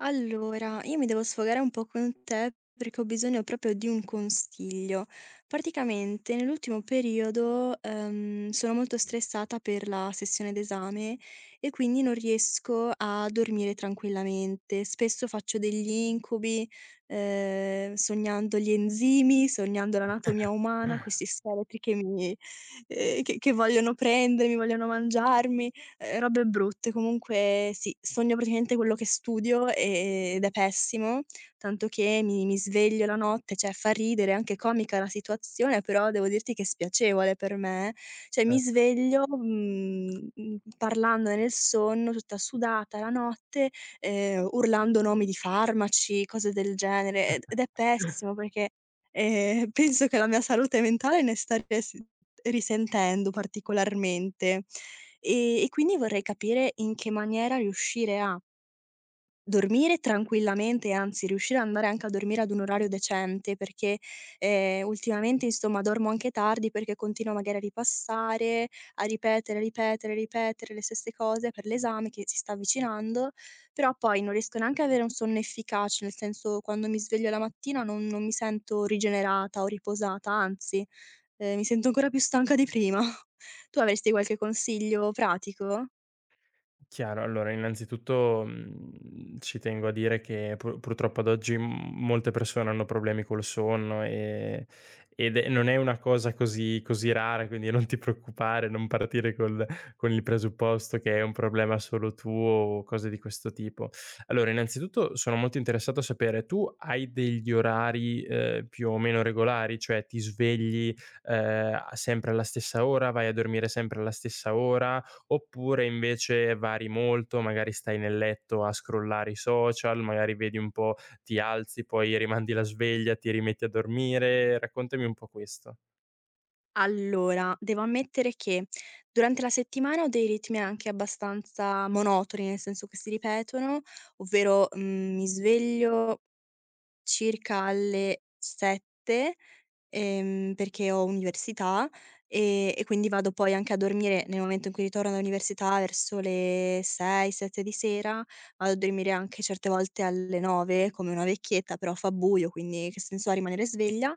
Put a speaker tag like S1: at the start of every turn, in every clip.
S1: Allora, io mi devo sfogare un po' con te perché ho bisogno proprio di un consiglio. Praticamente nell'ultimo periodo, sono molto stressata per la sessione d'esame e quindi non riesco a dormire tranquillamente. Spesso faccio degli incubi, sognando gli enzimi, sognando l'anatomia umana, questi scheletri che mi che vogliono prendermi, vogliono mangiarmi. Robe brutte. Comunque sì, sogno praticamente quello che studio, ed è pessimo, tanto che mi sveglio la notte, cioè fa ridere, è anche comica la situazione, però devo dirti che è spiacevole per me. Cioè mi
S2: Eh,
S1: sveglio, parlandone nel sonno, tutta sudata la notte, urlando nomi di farmaci, cose del genere, ed è pessimo perché, penso che la mia salute mentale ne sta ries risentendo particolarmente. E quindi vorrei capire in che maniera riuscire a dormire tranquillamente, anzi riuscire ad andare anche a dormire ad un orario decente, perché, ultimamente insomma dormo anche tardi perché continuo magari a ripassare, a ripetere, ripetere, ripetere le stesse cose per l'esame che si sta avvicinando, però poi non riesco neanche ad avere un sonno efficace, nel senso quando mi sveglio la mattina non mi sento rigenerata o riposata, anzi, mi sento ancora più stanca di prima. Tu avresti qualche consiglio pratico?
S2: Chiaro, allora innanzitutto, ci tengo a dire che purtroppo ad oggi m molte persone hanno problemi col sonno, ed è non è una cosa così rara, quindi non ti preoccupare, non partire col con il presupposto che è un problema solo tuo o cose di questo tipo. Allora, innanzitutto sono molto interessato a sapere, tu hai degli orari, più o meno regolari? Cioè ti svegli, a sempre alla stessa ora, vai a dormire sempre alla stessa ora? Oppure invece vari molto, magari stai nel letto a scrollare i social, magari vedi un po', ti alzi, poi rimandi la sveglia, ti rimetti a dormire. Raccontami un po' questo.
S1: Allora, devo ammettere che durante la settimana ho dei ritmi anche abbastanza monotoni, nel senso che si ripetono, ovvero, mi sveglio circa alle 7, perché ho università, e quindi vado poi anche a dormire nel momento in cui ritorno dall'università verso le 6, 7 di sera, vado a dormire anche certe volte alle 9 come una vecchietta, però fa buio, quindi che senso ha rimanere sveglia.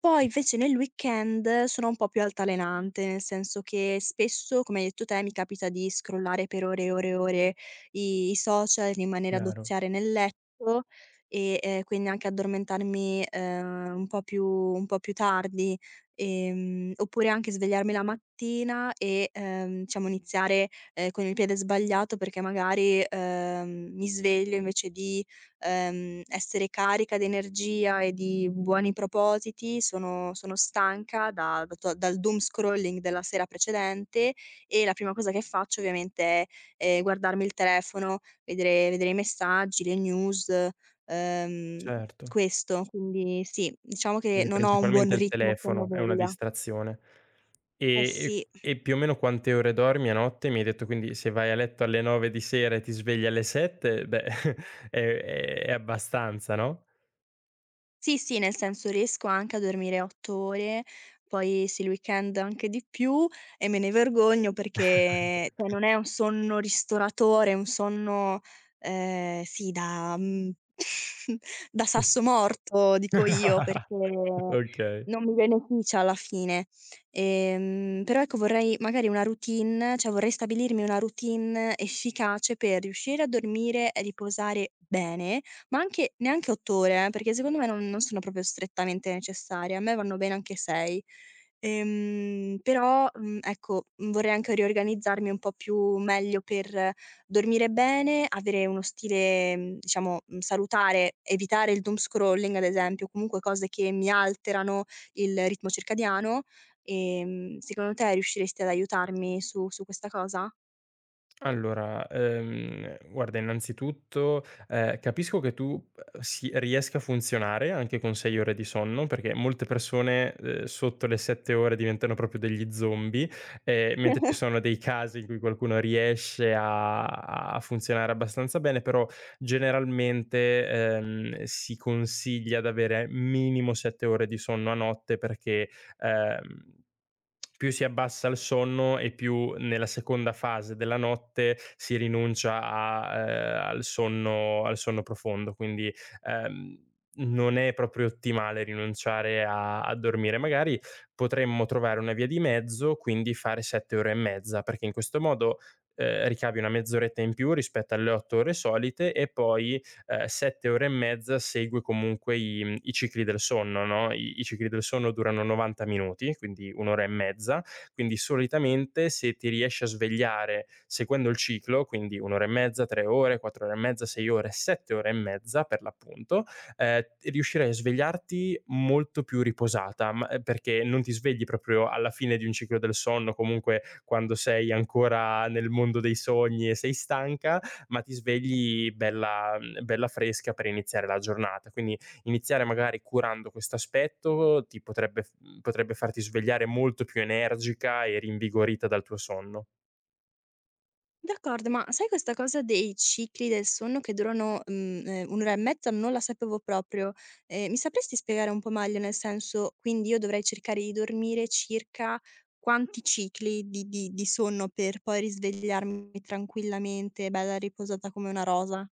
S1: Poi invece nel weekend sono un po' più altalenante, nel senso che spesso, come hai detto te, mi capita di scrollare per ore e ore e ore i social, rimanere a
S2: Chiaro,
S1: doziare nel letto e, quindi anche addormentarmi, un po' più tardi, oppure anche svegliarmi la mattina e, diciamo iniziare, con il piede sbagliato perché magari, mi sveglio invece di, essere carica di energia e di buoni propositi, sono stanca da da to dal doom scrolling della sera precedente e la prima cosa che faccio ovviamente è, guardarmi il telefono, vedere i messaggi, le news Ehm,
S2: certo.
S1: Questo, quindi sì, diciamo che
S2: Quindi
S1: non ho un buon
S2: principalmente il
S1: ritmo
S2: telefono è una
S1: sonno-veglia.
S2: distrazione. E
S1: Eh
S2: e
S1: sì.
S2: e più o meno quante ore dormi a notte? Mi hai detto quindi se vai a letto alle 9 di sera e ti svegli alle 7, beh, è abbastanza, no?
S1: Sì, sì, nel senso riesco anche a dormire 8 ore, poi sì il weekend anche di più e me ne vergogno perché cioè non è un sonno ristoratore, è un sonno, sì da da sasso morto, dico io, perché
S2: Sì. Okay.
S1: non mi beneficia alla fine. Però ecco vorrei magari una routine, cioè vorrei stabilirmi una routine efficace per riuscire a dormire e riposare bene, ma anche neanche 8 ore, perché secondo me non sono proprio strettamente necessarie, a me vanno bene anche 6. Però ecco, vorrei anche riorganizzarmi un po' più meglio per dormire bene, avere uno stile, diciamo, salutare, evitare il doom scrolling ad esempio, comunque cose che mi alterano il ritmo circadiano. Secondo te riusciresti ad aiutarmi su questa cosa?
S2: Allora, guarda innanzitutto, capisco che tu, si riesca a funzionare anche con 6 ore di sonno, perché molte persone, sotto le 7 ore diventano proprio degli zombie, mentre ci sono dei casi in cui qualcuno riesce a funzionare abbastanza bene, però generalmente, si consiglia d'avere minimo 7 ore di sonno a notte perché, ehm, più si abbassa il sonno e più nella seconda fase della notte si rinuncia al sonno profondo. Quindi, non è proprio ottimale rinunciare a dormire. Magari potremmo trovare una via di mezzo, quindi fare 7 ore e mezza, perché in questo modo, ricavi una mezz'oretta in più rispetto alle 8 ore solite e poi, 7 ore e mezza segue comunque i cicli del sonno, no? I cicli del sonno durano 90 minuti, quindi un'ora e mezza, quindi solitamente se ti riesci a svegliare seguendo il ciclo, quindi un'ora e mezza, 3 ore, 4 ore e mezza, 6 ore, 7 ore e mezza per l'appunto, riuscirai a svegliarti molto più riposata, perché non ti svegli proprio alla fine di un ciclo del sonno, comunque quando sei ancora nel mondo dei sogni e sei stanca, ma ti svegli bella bella fresca per iniziare la giornata. Quindi iniziare magari curando questo aspetto ti potrebbe potrebbe farti svegliare molto più energica e rinvigorita dal tuo sonno.
S1: D'accordo, ma sai questa cosa dei cicli del sonno che durano, 1 ora e mezza, non la sapevo proprio. Mi sapresti spiegare un po' meglio? Nel senso, quindi io dovrei cercare di dormire circa quanti cicli di sonno per poi risvegliarmi tranquillamente, bella riposata come una rosa?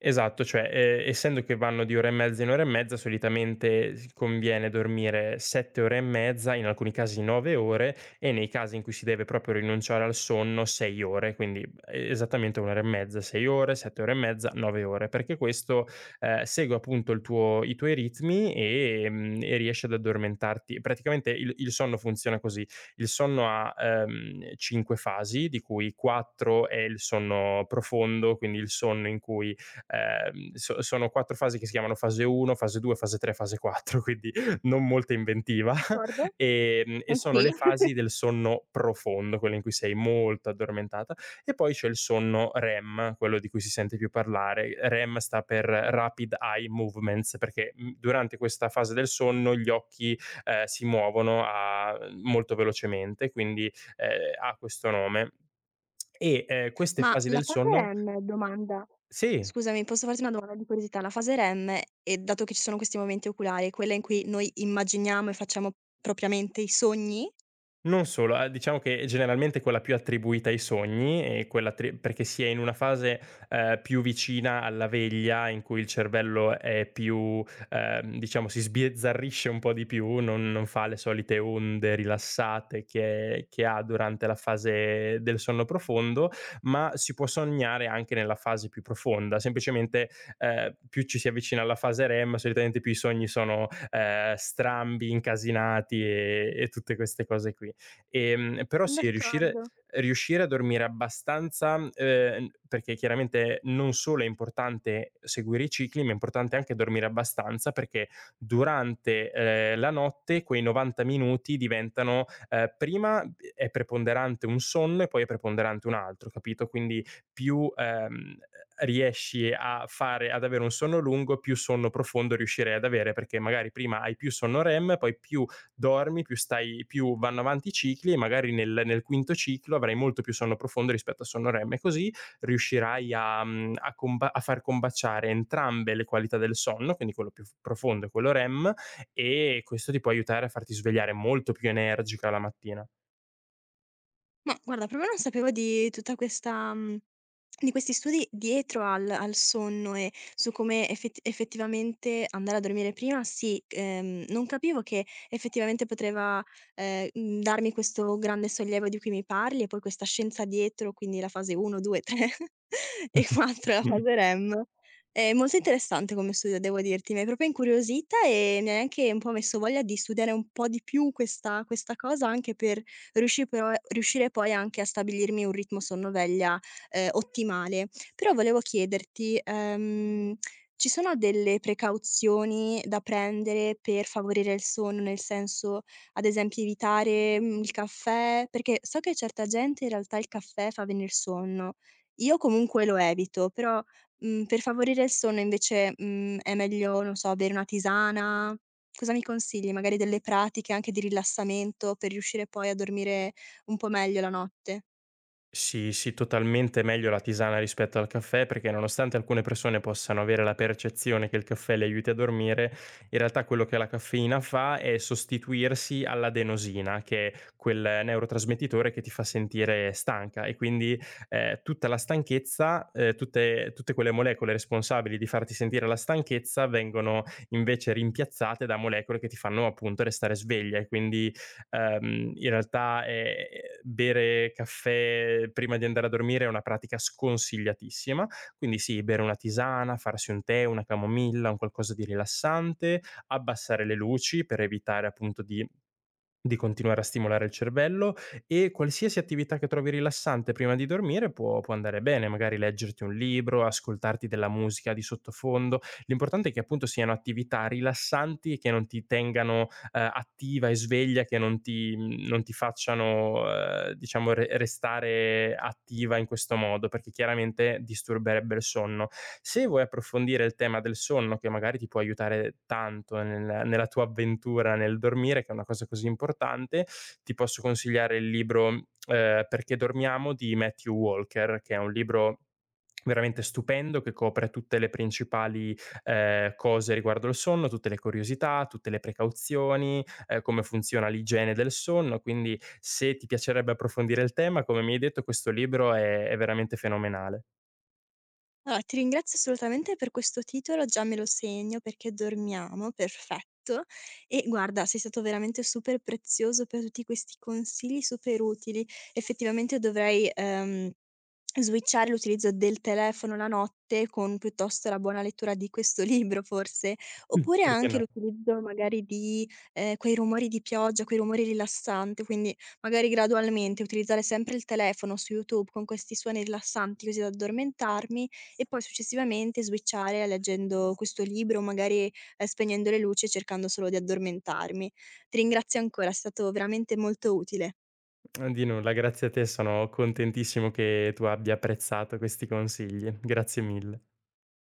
S2: Esatto, cioè, essendo che vanno di ora e mezza in ora e mezza, solitamente s conviene dormire 7 ore e mezza, in alcuni casi 9 ore, e nei casi in cui si deve proprio rinunciare al sonno 6 ore, quindi esattamente 1 ora e mezza, 6 ore, 7 ore e mezza, 9 ore, perché questo, segue appunto il tuo i tuoi ritmi, e riesci ad addormentarti. Praticamente il sonno funziona così: il sonno ha, 5 fasi, di cui 4 è il sonno profondo, quindi il sonno in cui sono quattro fasi che si chiamano fase 1, fase 2, fase 3, fase 4, quindi non molta inventiva,
S1: D'accordo.
S2: e sono
S1: Sì.
S2: le fasi del sonno profondo, quelle in cui sei molto addormentata, e poi c'è il sonno REM, quello di cui si sente più parlare. REM sta per Rapid Eye Movements, perché durante questa fase del sonno gli occhi si muovono molto velocemente, quindi ha questo nome. E queste
S1: Ma
S2: fasi
S1: la
S2: del
S1: fase
S2: sonno.
S1: REM domanda
S2: Sì.
S1: Scusami, posso farti una domanda di curiosità? La fase REM, e dato che ci sono questi momenti oculari, è quella in cui noi immaginiamo e facciamo propriamente i sogni?
S2: Non solo, diciamo che generalmente è quella più attribuita ai sogni e quella attri perché si è in una fase, più vicina alla veglia in cui il cervello è più diciamo si sbizzarrisce un po' di più, non fa le solite onde rilassate che ha durante la fase del sonno profondo, ma si può sognare anche nella fase più profonda. Semplicemente, più ci si avvicina alla fase REM, solitamente più i sogni sono, strambi, incasinati e tutte queste cose qui. Però sì,
S1: D'accordo.
S2: riuscire a dormire abbastanza, perché chiaramente non solo è importante seguire i cicli, ma è importante anche dormire abbastanza perché durante, la notte quei 90 minuti diventano prima è preponderante un sonno e poi è preponderante un altro, capito, quindi più, riesci a fare ad avere un sonno lungo, più sonno profondo riuscirai ad avere, perché magari prima hai più sonno REM, poi più dormi, più vanno avanti i cicli e magari nel quinto ciclo avrai molto più sonno profondo rispetto a sonno REM e così riuscirai a far combaciare entrambe le qualità del sonno, quindi quello più f profondo e quello REM, e questo ti può aiutare a farti svegliare molto più energica la mattina.
S1: Ma guarda, proprio non sapevo di tutta questa di questi studi dietro al sonno e su come effettivamente andare a dormire prima, sì, non capivo che effettivamente poteva, darmi questo grande sollievo di cui mi parli e poi questa scienza dietro, quindi la fase 1, 2, 3 e 4, la fase REM. È molto interessante come studio, devo dirti. Mi hai proprio incuriosita e mi hai anche un po' messo voglia di studiare un po' di più questa cosa anche per riuscì però riuscire poi anche a stabilirmi un ritmo sonno-veglia, ottimale. Però volevo chiederti, ci sono delle precauzioni da prendere per favorire il sonno? Nel senso, ad esempio evitare, il caffè? Perché so che certa gente in realtà il caffè fa venir sonno. Io comunque lo evito, però, per favorire il sonno invece, è meglio, non so, bere una tisana? Cosa mi consigli? Magari delle pratiche anche di rilassamento per riuscire poi a dormire un po' meglio la notte?
S2: Sì, sì, totalmente meglio la tisana rispetto al caffè, perché nonostante alcune persone possano avere la percezione che il caffè le aiuti a dormire, in realtà quello che la caffeina fa è sostituirsi all'adenosina, che è quel neurotrasmettitore che ti fa sentire stanca e quindi tutta la stanchezza, tutte quelle molecole responsabili di farti sentire la stanchezza vengono invece rimpiazzate da molecole che ti fanno appunto restare sveglia e quindi in realtà, bere caffè prima di andare a dormire è una pratica sconsigliatissima, quindi sì, bere una tisana, farsi un tè, una camomilla, un qualcosa di rilassante, abbassare le luci per evitare appunto di continuare a stimolare il cervello e qualsiasi attività che trovi rilassante prima di dormire può andare bene, magari leggerti un libro, ascoltarti della musica di sottofondo. L'importante è che appunto siano attività rilassanti e che non ti tengano attiva e sveglia che non ti facciano, diciamo re restare attiva in questo modo, perché chiaramente disturberebbe il sonno. Se vuoi approfondire il tema del sonno, che magari ti può aiutare tanto nella tua avventura nel dormire, che è una cosa così importante, ti posso consigliare il libro, "Perché dormiamo" di Matthew Walker, che è un libro veramente stupendo che copre tutte le principali cose riguardo il sonno, tutte le curiosità, tutte le precauzioni, come funziona l'igiene del sonno, quindi se ti piacerebbe approfondire il tema, come mi hai detto questo libro è veramente fenomenale.
S1: Allora, ti ringrazio assolutamente per questo titolo, già me lo segno, perché dormiamo, perfetto. E guarda, sei stato veramente super prezioso per tutti questi consigli super utili. Effettivamente dovrei switchare l'utilizzo del telefono la notte con piuttosto la buona lettura di questo libro, forse, oppure
S2: Perché
S1: anche
S2: no?
S1: l'utilizzo magari di quei rumori di pioggia, quei rumori rilassanti, quindi magari gradualmente utilizzare sempre il telefono su YouTube con questi suoni rilassanti così da addormentarmi e poi successivamente switchare leggendo questo libro, magari, spegnendo le luci e cercando solo di addormentarmi. Ti ringrazio ancora, è stato veramente molto utile.
S2: Di nulla, grazie a te, sono contentissimo che tu abbia apprezzato questi consigli. Grazie mille.